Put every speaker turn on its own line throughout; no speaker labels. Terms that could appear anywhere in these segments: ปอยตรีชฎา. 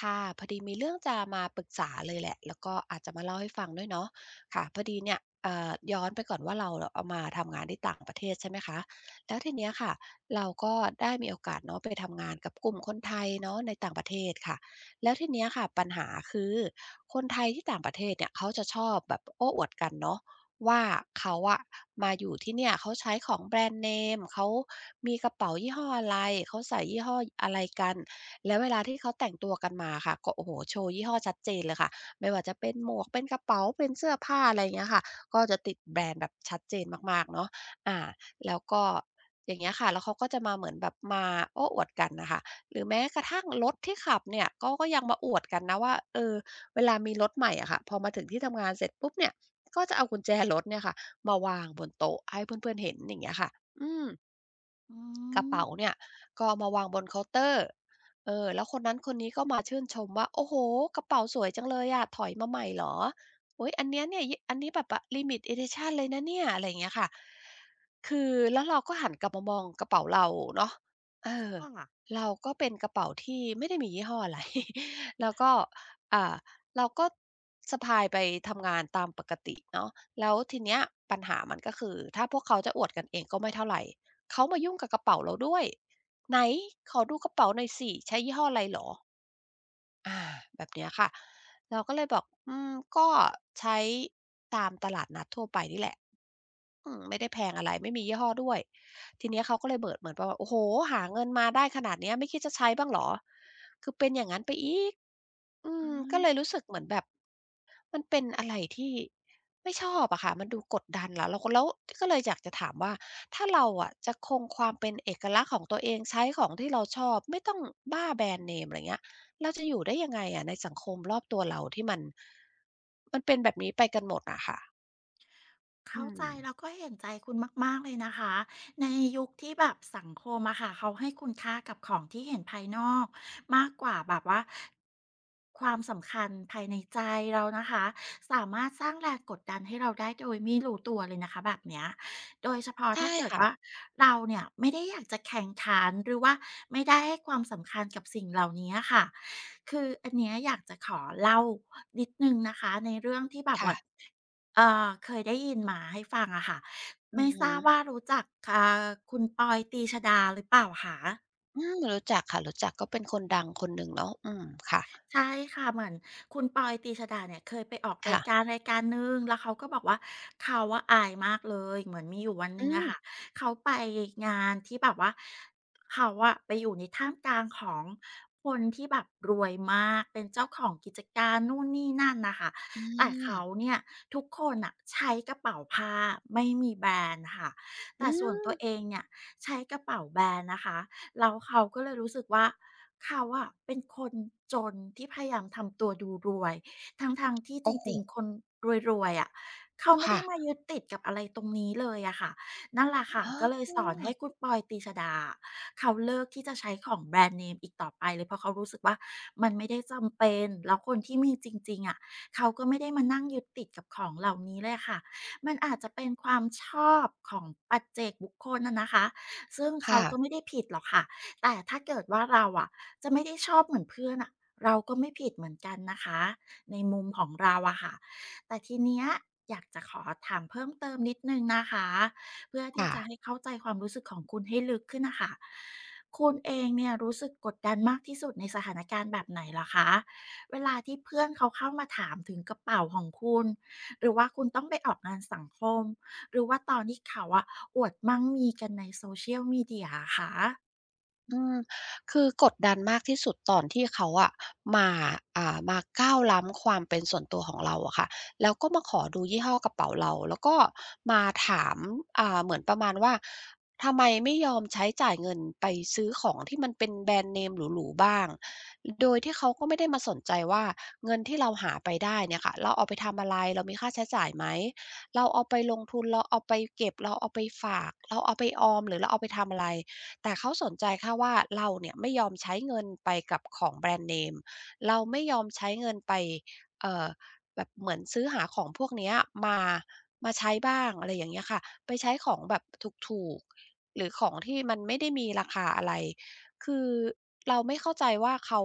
ค่ะพอดีมีเรื่องจะมาปรึกษาเลยแหละแล้วก็อาจจะมาเล่าให้ฟังด้วยเนาะค่ะพอดีเนี่ยย้อนไปก่อนว่าเราเอามาทำงานที่ต่างประเทศใช่ไหมคะแล้วทีเนี้ยค่ะเราก็ได้มีโอกาสเนาะไปทำงานกับกลุ่มคนไทยเนาะในต่างประเทศค่ะแล้วทีเนี้ยค่ะปัญหาคือคนไทยที่ต่างประเทศเนี่ยเขาจะชอบแบบโอ้อวดกันเนาะว่าเขาอะมาอยู่ที่เนี่ยเขาใช้ของแบรนด์เนมเขามีกระเป๋ายี่ห้ออะไรเขาใส่ยี่ห้ออะไรกัน แล้วเวลาที่เขาแต่งตัวกันมาค่ะก็โอ้โหโชว์ยี่ห้อชัดเจนเลยค่ะไม่ว่าจะเป็นหมวกเป็นกระเป๋าเป็นเสื้อผ้าอะไรอย่างเงี้ยค่ะก็จะติดแบรนด์แบบชัดเจนมากๆเนาะอ่าแล้วก็อย่างเงี้ยค่ะแล้วเขาก็จะมาเหมือนแบบมาโอ้อวดกันน่ะค่ะหรือแม้กระทั่งรถที่ขับเนี่ยก็ยังมาอวดกันนะว่าเออเวลามีรถใหม่อะค่ะพอมาถึงที่ทำงานเสร็จปุ๊บเนี่ยก็จะเอากุญแจรถเนี่ยค่ะมาวางบนโต๊ะให้เพื่อนๆเห็นอย่างเงี้ยค่ะอืม
อื
กระเป๋า
ม
เนี่ยก็เอามาวางบนเคาน์เตอร์เออแล้วคนนั้นคนนี้ก็มาชื่นชมว่า โอ้โฮกระเป๋าสวยจังเลยอะถอยมาใหม่เหรออุ๊ยอันเนี้ยเนี่ยยอันนี้แบบอะ Limited Edition เลยนะเนี่ยอะไรอย่างเงี้ยค่ะคือแล้วเราก็หันกลับมามองกระเป๋าเราเนาะเออ
ค่ะ
เราก็เป็นกระเป๋าที่ไม่ได้มียี่ห้ออะไร แล้วก็อ่าเราก็สะพายไปทำงานตามปกติเนาะแล้วทีเนี้ยปัญหามันก็คือถ้าพวกเขาจะอวดกันเองก็ไม่เท่าไร เขามายุ่งกับกระเป๋าเราด้วยไหนขอดูกระเป๋าหน่อยสิใช้ยี่ห้ออะไรเหรอ อาแบบเนี้ยค่ะเราก็เลยบอกอืมก็ใช้ตามตลาดนัดทั่วไปนี่แหละอืมไม่ได้แพงอะไรไม่มียี่ห้อด้วยทีเนี้ยเขาก็เลยเบิดเหมือนประมาณโอ้โฮหาเงินมาได้ขนาดเนี้ยไม่คิดจะใช้บ้างเหรอคือเป็นอย่างงั้นไปอีกอืม
อา
ก็เลยรู้สึกเหมือนแบบมันเป็นอะไรที่ไม่ชอบอะค่ะมันดูกดดันแล้วก็เลยอยากจะถามว่าถ้าเราอะจะคงความเป็นเอกลักษณ์ของตัวเองใช้ของที่เราชอบไม่ต้องบ้าแบรนด์เนมอะไรเงี้ย เราจะอยู่ได้ยังไงอะในสังคมรอบตัวเราที่มันเป็นแบบนี้ไปกันหมดอะค่ะอื
เข้าใจแล้ว
ม
ก็เห็นใจคุณมากๆเลยนะคะในยุคที่แบบสังคมอะค่ะเขาให้คุณค่ากับของที่เห็นภายนอกมากกว่าแบบว่าความสำคัญภายในใจเรานะคะสามารถสร้างแรงกดดันให้เราได้โดยไม่รู้ตัวเลยนะคะแบบเนี้ยโดยเฉพาะ
ใช่
ถ้าเกิด
ค่ะ
ว่าเราเนี่ยไม่ได้อยากจะแข่งขันหรือว่าไม่ได้ให้ความสำคัญกับสิ่งเหล่านี้อะค่ะคืออันเนี้ยอยากจะขอเล่านิดหนึ่งนะคะในเรื่องที่แบบว่า
ค่ะ
เคยได้ยินมาให้ฟังอะค่ะ
อื
ไม่
อ
ท
ฮึ
ราบว่ารู้จักอ่าคุณปอยตรีชฎาหรือเปล่าคะ
อืมรู้จักค่ะรู้จักก็เป็นคนดังคนหนึ่งเนาะอืมค่ะ
ใช่ค่ะเหมือนคุณปอยตรีชฎาเนี่ยเคยไปออกรายกา
ค่ะ
รรายการหนึ่งแล้วเขาก็บอกว่าเขาว่าอายมากเลยเหมือนมีอยู่วันห
อื
นึ่งอะค่ะ
ม
เขาไปงานที่แบบว่าเขาอะไปอยู่ในท่ามกลางของคนที่แบบรวยมากเป็นเจ้าของกิจการนู่นนี่นั่นนะคะ
อื
แต่เขา
ม
เนี่ยทุกคนอะใช้กระเป๋าผ้าไม่มีแบรนด์ค่ะ
อื
แต่ส่วน
ม
ตัวเองเนี่ยใช้กระเป๋าแบรนด์นะคะ แล้วเขาก็เลยรู้สึกว่าเขาอะเป็นคนจนที่พยายามทำตัวดูรวยทั้งๆที่จ
โอ้โฮ
ริงๆคนรวยๆอะเขาไม่
ค่ะ
ได้มายึดติดกับอะไรตรงนี้เลยอะค่ะนั่นแหละค่ะ
อ๋
ก็เลย
อ
สอนให้คุณปอยตรีชฎาอะเขาเลิกที่จะใช้ของแบรนด์เนมอีกต่อไปเลยเพราะเขารู้สึกว่ามันไม่ได้จำเป็นแล้วคนที่มีจริงๆอะเขาก็ไม่ได้มานั่งยึดติดกับของเหล่านี้เลยอะค่ะมันอาจจะเป็นความชอบของปัจเจกบุคคลอะนะคะ ซึ่งเขา
ค่ะ
ก็ไม่ได้ผิดหรอกค่ะ แต่ถ้าเกิดว่าเราอะจะไม่ได้ชอบเหมือนเพื่อนอะเราก็ไม่ผิดเหมือนกันนะคะในมุมของเราอะค่ะ แต่ทีเนี้ยอยากจะขอถามเพิ่มเติมนิดนึงนะคะเพื่อที่
ค่ะ
จะให้เข้าใจความรู้สึกของคุณให้ลึกขึ้นนะคะคุณเองเนี่ยรู้สึกกดดันมากที่สุดในสถานการณ์แบบไหนเหรอคะเวลาที่เพื่อนเขาเข้ามาถามถึงกระเป๋าของคุณหรือว่าคุณต้องไปออกงานสังคมหรือว่าตอนที่เขาอะ อวดมั่งมีกันใน Social m มี i a อะค่ะ
อืมคือกดดันมากที่สุดตอนที่เขาอะมามาก้าวล้ำความเป็นส่วนตัวของเราอะค่ะแล้วก็มาขอดูยี่ห้อกระเป๋าเราแล้วก็มาถามเหมือนประมาณว่าทำไมไม่ยอมใช้จ่ายเงินไปซื้อของที่มันเป็นแบรนด์เนมหรูๆบ้างโดยที่เขาก็ไม่ได้มาสนใจว่าเงินที่เราหาไปได้เนี่ยค่ะเราเอาไปทำอะไรเรามีค่าใช้จ่ายไหมเราเอาไปลงทุนเราเอาไปเก็บเราเอาไปฝากเราเอาไปออมหรือเราเอาไปทำอะไร แต่เขาสนใจแค่ว่าเราเนี่ยไม่ยอมใช้เงินไปกับของแบรนด์เนมเราไม่ยอมใช้เงินไปเอ่อแบบเหมือนซื้อหาของพวกเนี้ยมามาใช้บ้างอะไรอย่างเงี้ยค่ะไปใช้ของแบบถูกๆหรือของที่มันไม่ได้มีราคาอะไรคือเราไม่เข้าใจว่าเขา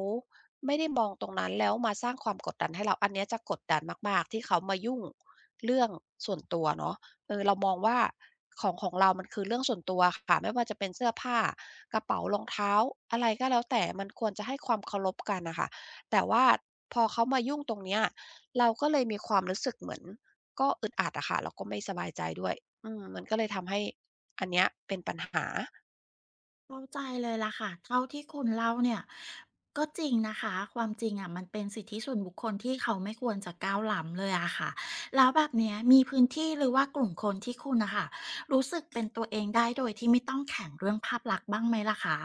ไม่ได้มองตรงนั้นแล้วมาสร้างความกดดันให้เราอันเนี้ยจะกดดันมากๆที่เขามายุ่งเรื่องส่วนตัวเนาะ เออเรามองว่าของของเรามันคือเรื่องส่วนตัวค่ะไม่ว่าจะเป็นเสื้อผ้ากระเป๋ารองเท้าอะไรก็แล้วแต่มันควรจะให้ความเคารพกันน่ะค่ะแต่ว่าพอเขามายุ่งตรงเนี้ยเราก็เลยมีความรู้สึกเหมือนก็อึดอัดอะค่ะแล้วก็ไม่สบายใจด้วยอืมมันก็เลยทำให้อันเนี้ยเป็นปัญหา
เข้าใจเลยล่ะค่ะเท่าที่คุณเล่าเนี่ยก็จริงนะคะ ความจริงอะมันเป็นสิทธิส่วนบุคคลที่เขาไม่ควรจะก้าวล้ำเลยอะค่ะแล้วแบบเนี้ยมีพื้นที่หรือว่ากลุ่มคนที่คุณนะคะรู้สึกเป็นตัวเองได้โดยที่ไม่ต้องแข่งเรื่องภาพลักษณ์บ้างไหมล่ะคะ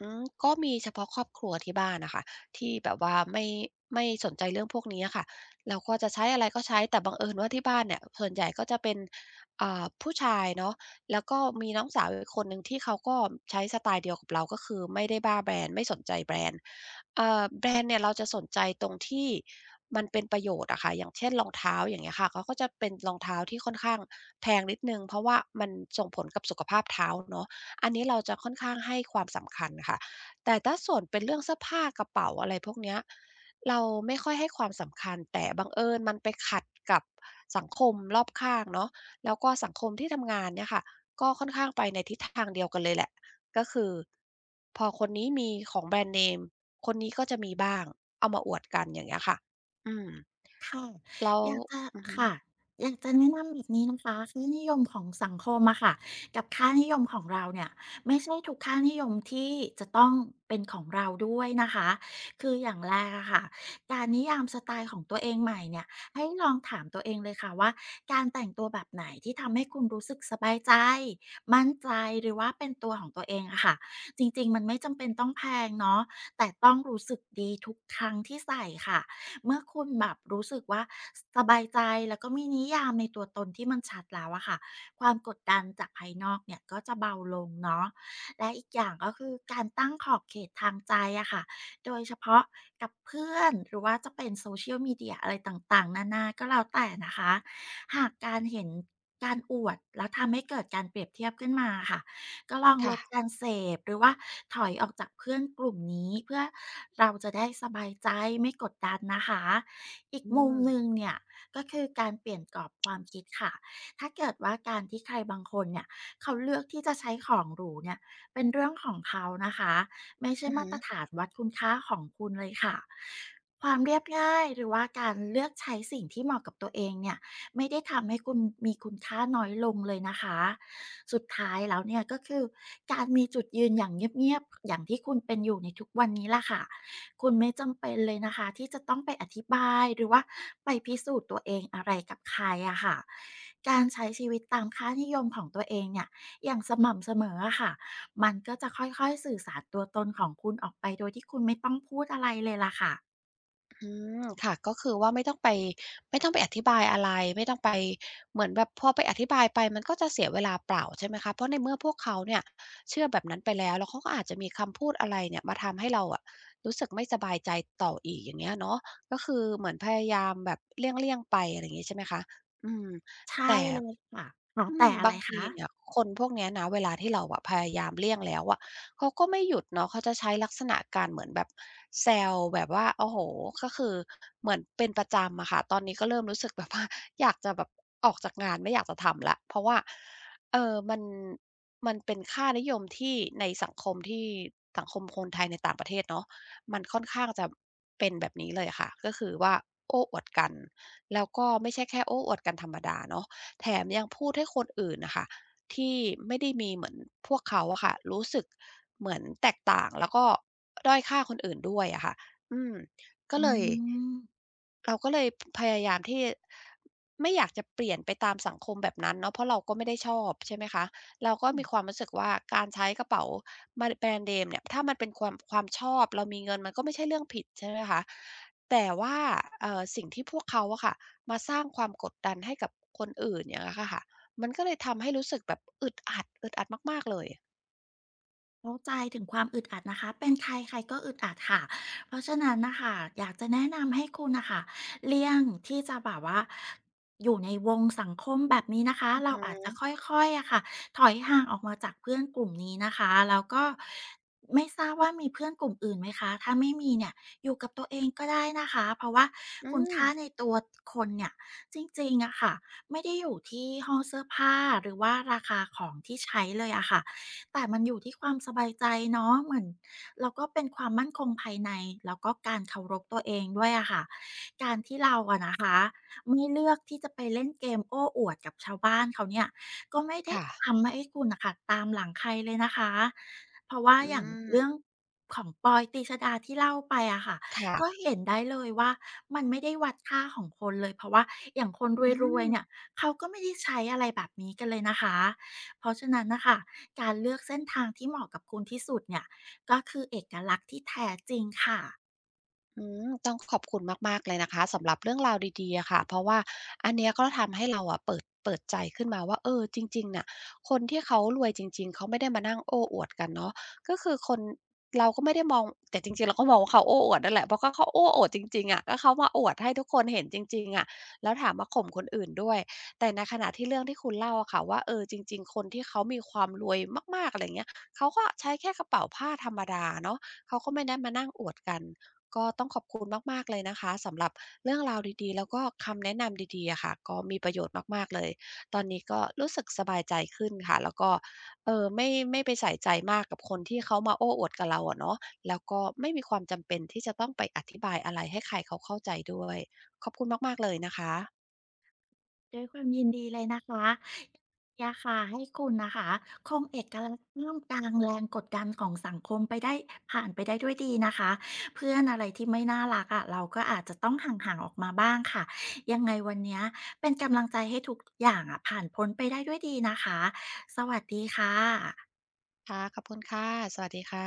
ก็มีเฉพาะครอบครัวที่บ้านน่ะค่ะที่แบบว่าไม่สนใจเรื่องพวกนี้อะค่ะเราก็จะใช้อะไรก็ใช้แต่บังเอิญว่าที่บ้านเนี่ยส่วนใหญ่ก็จะเป็นผู้ชายเนาะแล้วก็มีน้องสาวอีกคนหนึ่งที่เขาก็ใช้สไตล์เดียวกับเราก็คือไม่ได้บ้าแบรนด์ไม่สนใจแบรนด์แบรนด์เนี่ยเราจะสนใจตรงที่มันเป็นประโยชน์อะค่ะอย่างเช่นรองเท้าอย่างเงี้ยค่ะเขาก็จะเป็นรองเท้าที่ค่อนข้างแพงนิดหนึ่งเพราะว่ามันส่งผลกับสุขภาพเท้าเนาะ อันนี้เราจะค่อนข้างให้ความสำคัญค่ะ แต่ถ้าส่วนเป็นเรื่องเสื้อผ้ากระเป๋าอะไรพวกเนี้ยเราไม่ค่อยให้ความสำคัญ แต่บังเอิญมันไปขัดกับสังคมรอบข้างเนาะแล้วก็สังคมที่ทำงานเนี่ยค่ะก็ค่อนข้างไปในทิศทางเดียวกันเลยแหละ ก็คือพอคนนี้มีของแบรนด์เนมคนนี้ก็จะมีบ้างเอามาอวดกันอย่างเงี้ยค่ะอืม
ค่ะ
แล้ว
อยากจะ
อือฮึ
ค่ะอยากจะแนะนำแบบนี้นะคะค่านิยมของสังคมอะค่ะกับค่านิยมของเราเนี่ยไม่ใช่ทุกค่านิยมที่จะต้องเป็นของเราด้วยนะคะคืออย่างแรกอะค่ะการนิยามสไตล์ของตัวเองใหม่เนี่ยให้ลองถามตัวเองเลยค่ะว่าการแต่งตัวแบบไหนที่ทำให้คุณรู้สึกสบายใจมั่นใจหรือว่าเป็นตัวของตัวเองอะค่ะจริงๆมันไม่จำเป็นต้องแพงเนาะแต่ต้องรู้สึกดีทุกครั้งที่ใส่ค่ะ เมื่อคุณแบบรู้สึกว่าสบายใจแล้วก็มีนิยามในตัวตนที่มันชัดแล้วอะค่ะความกดดันจากภายนอกเนี่ยก็จะเบาลงเนาะและอีกอย่างก็คือการตั้งขอบเขตทางใจอะค่ะโดยเฉพาะกับเพื่อนหรือว่าจะเป็นโซเชียลมีเดียอะไรต่างๆนานาก็แล้วแต่นะคะหากการเห็นการอวดแล้วทำให้เกิดการเปรียบเทียบขึ้นมาค่ะ ก็ลองลดกา
ค่ะ
รเสพหรือว่าถอยออกจากเพื่อนกลุ่มนี้เพื่อเราจะได้สบายใจไม่กดดันนะคะอีก
อื
มุม
ม
หนึ่งเนี่ยก็คือการเปลี่ยนกรอบความคิดค่ะถ้าเกิดว่าการที่ใครบางคนเนี่ยเขาเลือกที่จะใช้ของหรูเนี่ยเป็นเรื่องของเขานะคะไม่ใช่
อือ
มา
ฮึ
ตรฐานวัดคุณค่าของคุณเลยค่ะความเรียบง่ายหรือว่าการเลือกใช้สิ่งที่เหมาะกับตัวเองเนี่ยไม่ได้ทำให้คุณมีคุณค่าน้อยลงเลยนะคะ สุดท้ายแล้วเนี่ยก็คือการมีจุดยืนอย่างเงียบๆอย่างที่คุณเป็นอยู่ในทุกวันนี้ล่ะค่ะคุณไม่จำเป็นเลยนะคะที่จะต้องไปอธิบายหรือว่าไปพิสูจน์ตัวเองอะไรกับใครอะค่ะการใช้ชีวิตตามค่านิยมของตัวเองเนี่ยอย่างสม่ำเสมออะค่ะมันก็จะค่อยๆสื่อสารตัวตนของคุณออกไปโดยที่คุณไม่ต้องพูดอะไรเลยล่ะค่ะ
อืมค่ะก็คือว่าไม่ต้องไปอธิบายอะไรไม่ต้องไปเหมือนแบบพอไปอธิบายไปมันก็จะเสียเวลาเปล่าใช่ไหมคะเพราะในเมื่อพวกเขาเนี่ยเชื่อแบบนั้นไปแล้วแล้วเขาก็อาจจะมีคำพูดอะไรเนี่ยมาทำให้เราอะรู้สึกไม่สบายใจต่ออีกอย่างเงี้ยเนาะก็คือเหมือนพยายามแบบเลี่ยงๆไปอะไรอย่างงี้ใช่ไหมคะอืม
ใช่
แต่
เลยค่ะค่ะแต่อะไร
บางทีเนี่ย
คะ
คนพวกเนี้ยนะเวลาที่เราอะพยายามเลี่ยงแล้วอะเขาก็ไม่หยุดเนาะเขาจะใช้ลักษณะการเหมือนแบบแซวแบบว่าโอ้โฮก็คือเหมือนเป็นประจำอะค่ะตอนนี้ก็เริ่มรู้สึกแบบว่า อยากจะแบบออกจากงานไม่อยากจะทำแล้วเพราะว่าเอ่อมันมันเป็นค่านิยมที่ในสังคมที่สังคมคนไทยในต่างประเทศเนาะมันค่อนข้างจะเป็นแบบนี้เลยค่ะก็คือว่าโอ้อวดกันแล้วก็ไม่ใช่แค่โอ้อวดกันธรรมดาเนาะ แถมยังพูดให้คนอื่นนะคะที่ไม่ได้มีเหมือนพวกเขาอะค่ะรู้สึกเหมือนแตกต่างแล้วก็ด้อยค่าคนอื่นด้วยอะค่ะอืมก็
อื
เลย
ม
เราก็เลยพยายามที่ไม่อยากจะเปลี่ยนไปตามสังคมแบบนั้นเนาะเพราะเราก็ไม่ได้ชอบใช่ไหมคะเราก็มีความรู้สึกว่าการใช้กระเป๋ามาแบรนด์เนมเนี่ยถ้ามันเป็นความชอบเรามีเงินมันก็ไม่ใช่เรื่องผิดใช่ไหมคะแต่ว่าสิ่งที่พวกเขาอะค่ะมาสร้างความกดดันให้กับคนอื่นอย่างเงี้ยอะค่ะมันก็เลยทำให้รู้สึกแบบอึดอัดอึดอัดมากๆเลย
เข้าใจถึงความอึดอัดนะคะ เป็นใครใครก็อึดอัดค่ะเพราะฉะนั้นนะคะ อยากจะแนะนำให้คุณนะคะ เลี่ยงที่จะแบบว่าอยู่ในวงสังคมแบบนี้นะคะ
อือ
เราอาจจะ
ฮึ
ค่อยๆอะค่ะถอยห่างออกมาจากเพื่อนกลุ่มนี้นะคะแล้วก็ไม่ทราบว่ามีเพื่อนกลุ่มอื่นไหมคะ ถ้าไม่มีเนี่ย อยู่กับตัวเองก็ได้นะคะ เพราะว่า
อื
คุณค่า
ม
ในตัวคนเนี่ยจริงๆอะค่ะไม่ได้อยู่ที่ห้องเสื้อผ้าหรือว่าราคาของที่ใช้เลยอะค่ะ แต่มันอยู่ที่ความสบายใจเนาะเหมือนแล้วก็เป็นความมั่นคงภายในแล้วก็การเคารพตัวเองด้วยอะค่ะการที่เราอะนะคะไม่เลือกที่จะไปเล่นเกมโอ้อวดกับชาวบ้านเขาเนี่ยก็ไม่ได้
ค่ะ
ทำให้คุณน่ะค่ะตามหลังใครเลยนะคะเพราะว่า
อื
อย่าง
ม
เรื่องของปอยตรีชฎาที่เล่าไปอะค่ะ
ค่ะ
ก็เห็นได้เลยว่ามันไม่ได้วัดค่าของคนเลยเพราะว่าอย่างคน
อื
รวย
ม
ๆเนี่ยเขาก็ไม่ได้ใช้อะไรแบบนี้กันเลยนะคะเพราะฉะนั้นน่ะค่ะ การเลือกเส้นทางที่เหมาะกับคุณที่สุดเนี่ยก็คือเอกลักษณ์ที่แท้จริงค่ะ
ต้องขอบคุณมากๆเลยนะคะสำหรับเรื่องราวดีๆอะค่ะเพราะว่าอันเนี้ยก็ทำให้เราอะเปิดใจขึ้นมาว่าเออจริงๆน่ะคนที่เขารวยจริงๆเขาไม่ได้มานั่งโอ้อวดกันเนาะก็คือคนเราก็ไม่ได้มองแต่จริงๆเราก็มองว่าเขาโอ้อวดนั่นแหละเพราะก็เขาโอ้อวดจริงๆอะก็เขามาอวดให้ทุกคนเห็นจริงๆอะแล้วถามมาข่มคนอื่นด้วยแต่ในขณะที่เรื่องที่คุณเล่าอะค่ะว่าเออจริงๆคนที่เขามีความรวยมากๆอะไรอย่างเงี้ยเขาก็ใช้แค่กระเป๋าผ้าธรรมดาเนาะเขาก็ไม่ได้มานั่งอวดกัน ก็ต้องขอบคุณมากๆเลยนะคะสำหรับเรื่องราวดีๆแล้วก็คำแนะนำดีๆอะค่ะก็มีประโยชน์มากๆเลยตอนนี้ก็รู้สึกสบายใจขึ้นค่ะแล้วก็ไม่ไปใส่ใจมากกับคนที่เขามาโอ้อวดกับเราอะเนาะแล้วก็ไม่มีความจำเป็นที่จะต้องไปอธิบายอะไรให้ใครเขาเข้าใจด้วยขอบคุณมากๆเลยนะคะ
ด้วยความยินดีเลยนะคะอยากค่ะให้คุณนะคะคงเอกลักษณ์ท่ามกลางแรงกดดันของสังคมไปได้ผ่านไปได้ด้วยดีนะคะเพื่อนอะไรที่ไม่น่ารักอะ่ะเราก็อาจจะต้องห่างๆออกมาบ้างค่ะยังไงวันเนี้ยเป็นกำลังใจให้ทุกอย่างอ่ะผ่านพ้นไปได้ด้วยดีนะคะสวัสดีค่ะ
ค่ะขอบคุณค่ะสวัสดีค่ะ